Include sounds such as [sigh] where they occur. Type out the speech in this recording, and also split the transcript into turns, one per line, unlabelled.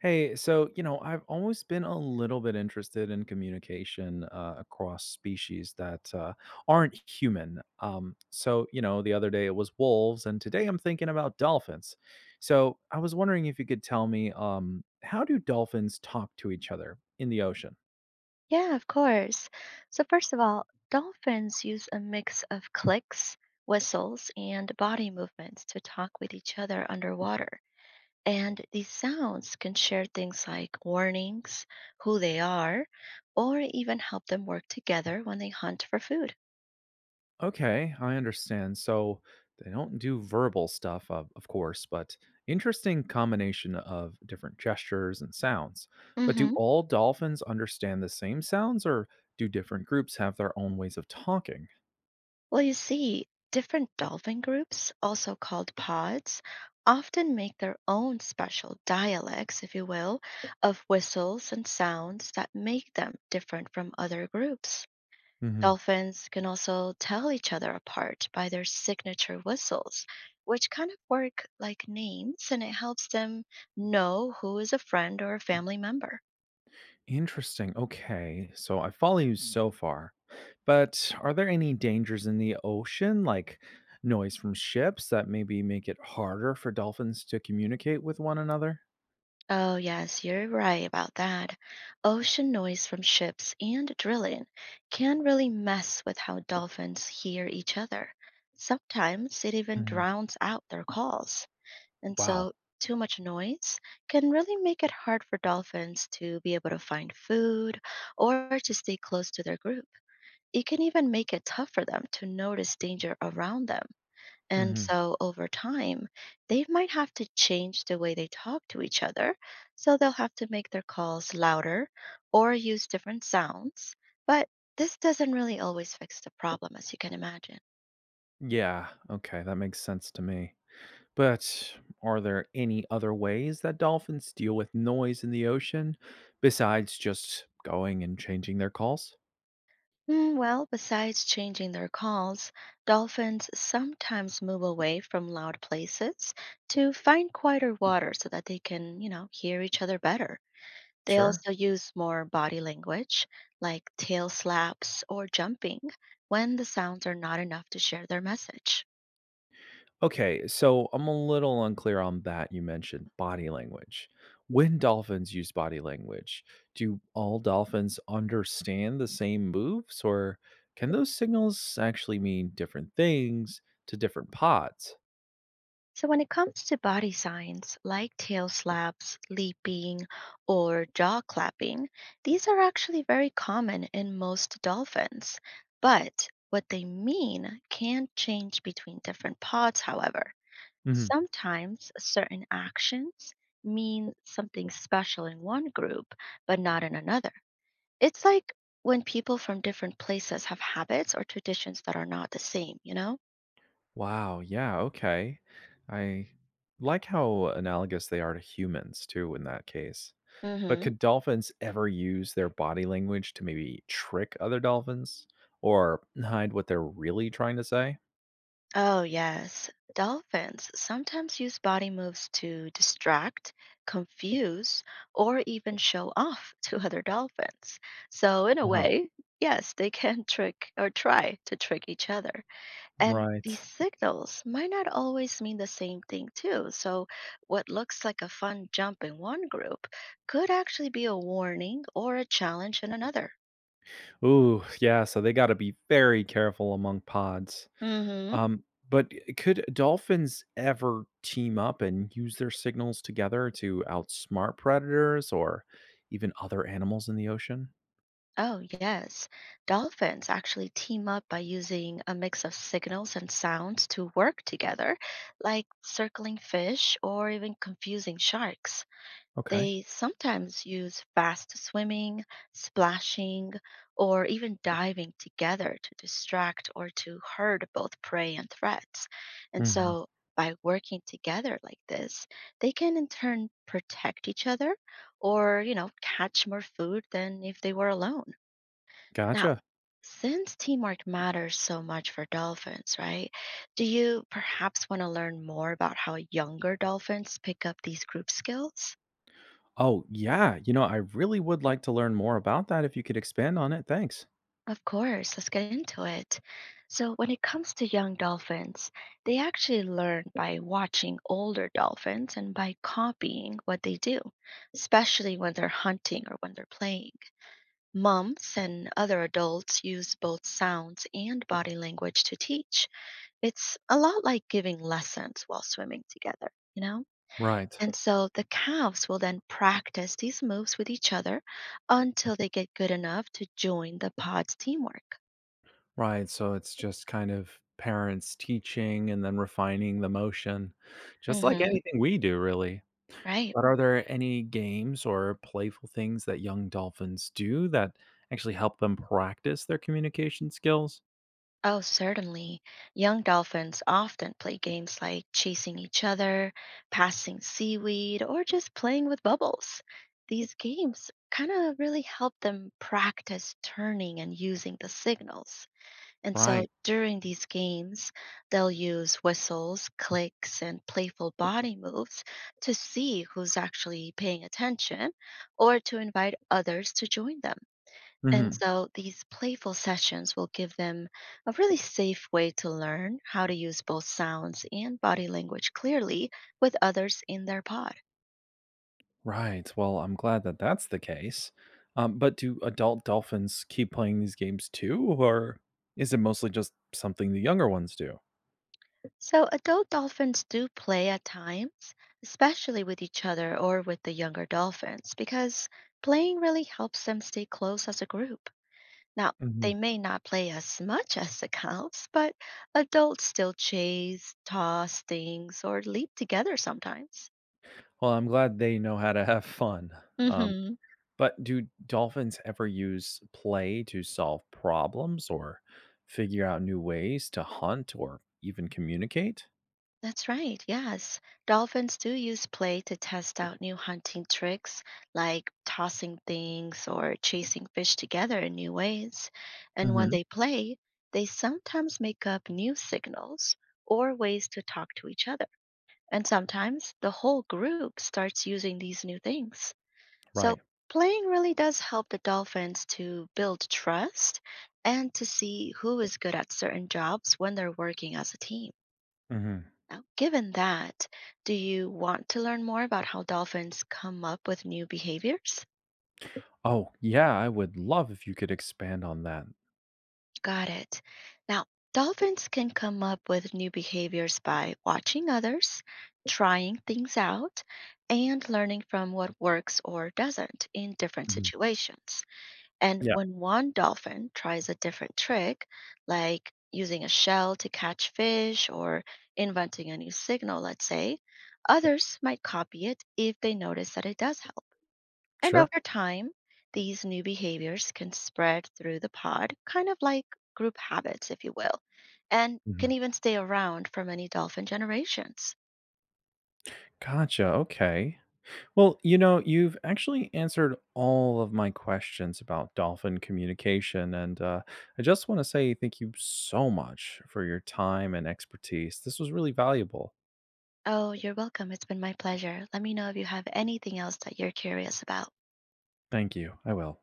Hey, so, you know, I've always been a little bit interested in communication across species that aren't human. You know, the other day it was wolves, and today I'm thinking about dolphins. So, I was wondering if you could tell me how do dolphins talk to each other in the ocean?
Yeah, of course. So, first of all, dolphins use a mix of clicks, whistles, and body movements to talk with each other underwater. And these sounds can share things like warnings, who they are, or even help them work together when they hunt for food.
Okay, I understand. So they don't do verbal stuff, of course, but interesting combination of different gestures and sounds. But do
Hmm.
all dolphins understand the same sounds, or do different groups have their own ways of talking?
Well, you see, different dolphin groups, also called pods, often make their own special dialects, if you will, of whistles and sounds that make them different from other groups.
Hmm.
Dolphins can also tell each other apart by their signature whistles, which kind of work like names and it helps them know who is a friend or a family member.
Interesting. Okay, so I follow you so far. But are there any dangers in the ocean, like noise from ships, that maybe make it harder for dolphins to communicate with one another?
Oh, yes, you're right about that. Ocean noise from ships and drilling can really mess with how dolphins hear each other. Sometimes it even
Hmm.
drowns out their calls. And
Wow.
so, too much noise can really make it hard for dolphins to be able to find food or to stay close to their group. It can even make it tough for them to notice danger around them. And so over time, they might have to change the way they talk to each other. So they'll have to make their calls louder or use different sounds. But this doesn't really always fix the problem, as you can imagine.
Yeah, okay, that makes sense to me. But are there any other ways that dolphins deal with noise in the ocean besides just going and changing their calls?
Well, besides changing their calls, dolphins sometimes move away from loud places to find quieter water so that they can, you know, hear each other better. They
Sure.
also use more body language, like tail slaps or jumping, when the sounds are not enough to share their message.
Okay, so I'm a little unclear on that. You mentioned body language. When dolphins use body language, do all dolphins understand the same moves, or can those signals actually mean different things to different pods?
So, when it comes to body signs like tail slaps, leaping, or jaw clapping, these are actually very common in most dolphins. But what they mean can change between different pods, however. Sometimes certain actions mean something special in one group, but not in another. It's like when people from different places have habits or traditions that are not the same, you know?
Wow, yeah, okay. I like how analogous they are to humans too in that case. But
Hmm.
could dolphins ever use their body language to maybe trick other dolphins or hide what they're really trying to say?
Oh, yes. Dolphins sometimes use body moves to distract, confuse, or even show off [laughs] to other dolphins. So, in a
Uh-huh.
way, yes, they can trick or try to trick each other. And
Right.
these signals might not always mean the same thing, too. So, what looks like a fun jump in one group could actually be a warning or a challenge in another.
Ooh, yeah, so they got to be very careful among pods.
Mm hmm.
Um, but could dolphins ever team up and use their signals together to outsmart predators or even other animals in the ocean?
Oh, yes. Dolphins actually team up by using a mix of signals and sounds to work together, like circling fish or even confusing sharks.
Okay.
They sometimes use fast swimming, splashing, or even diving together to distract or to herd both prey and threats. And so, by working together like this, they can in turn protect each other or, you know, catch more food than if they were alone. Now,
Gotcha.
since teamwork matters so much for dolphins, right? Do you perhaps want to learn more about how younger dolphins pick up these group skills?
Oh, yeah. You know, I really would like to learn more about that if you could expand on it. Thanks.
Of course, let's get into it. So, when it comes to young dolphins, they actually learn by watching older dolphins and by copying what they do, especially when they're hunting or when they're playing. Moms and other adults use both sounds and body language to teach. It's a lot like giving lessons while swimming together, you know?
Right,
And so the calves will then practice these moves with each other until they get good enough to join the pod's teamwork.
right. So it's just kind of parents teaching and then refining the motion, just like
Mm-hmm.
anything we do, really.
Right.
But are there any games or playful things that young dolphins do that actually help them practice their communication skills?
Oh, certainly. Young dolphins often play games like chasing each other, passing seaweed, or just playing with bubbles. These games kind of really help them practice turning and using the signals. And so
Right.
during these games, they'll use whistles, clicks, and playful body moves to see who's actually paying attention or to invite others to join them. And
Hmm.
so these playful sessions will give them a really safe way to learn how to use both sounds and body language clearly with others in their pod.
Right. Well, I'm glad that that's the case. But do adult dolphins keep playing these games too, or is it mostly just something the younger ones do?
So adult dolphins do play at times, especially with each other or with the younger dolphins, because playing really helps them stay close as a group. Now, they
Hmm.
may not play as much as the cows, but adults still chase, toss things, or leap together sometimes.
Well, I'm glad they know how to have fun. Um,
Hmm.
but do dolphins ever use play to solve problems or figure out new ways to hunt or even communicate?
That's right, yes. Dolphins do use play to test out new hunting tricks like tossing things or chasing fish together in new ways. And when
Hmm.
they play, they sometimes make up new signals or ways to talk to each other. And sometimes the whole group starts using these new things. So
Right.
playing really does help the dolphins to build trust and to see who is good at certain jobs when they're working as a team.
Hmm.
Now, given that, do you want to learn more about how dolphins come up with new behaviors?
Oh, yeah. I would love if you could expand on that.
Got it. Now, dolphins can come up with new behaviors by watching others, trying things out, and learning from what works or doesn't in different
Mhm.
situations. And
Yeah,
when one dolphin tries a different trick, like using a shell to catch fish or inventing a new signal, let's say, others might copy it if they notice that it does help. And
sure.
over time, these new behaviors can spread through the pod, kind of like group habits, if you will, and can
Hmm.
even stay around for many dolphin generations.
Gotcha. Okay. Well, you know, you've actually answered all of my questions about dolphin communication. And I just want to say thank you so much for your time and expertise. This was really valuable.
Oh, you're welcome. It's been my pleasure. Let me know if you have anything else that you're curious about.
Thank you. I will.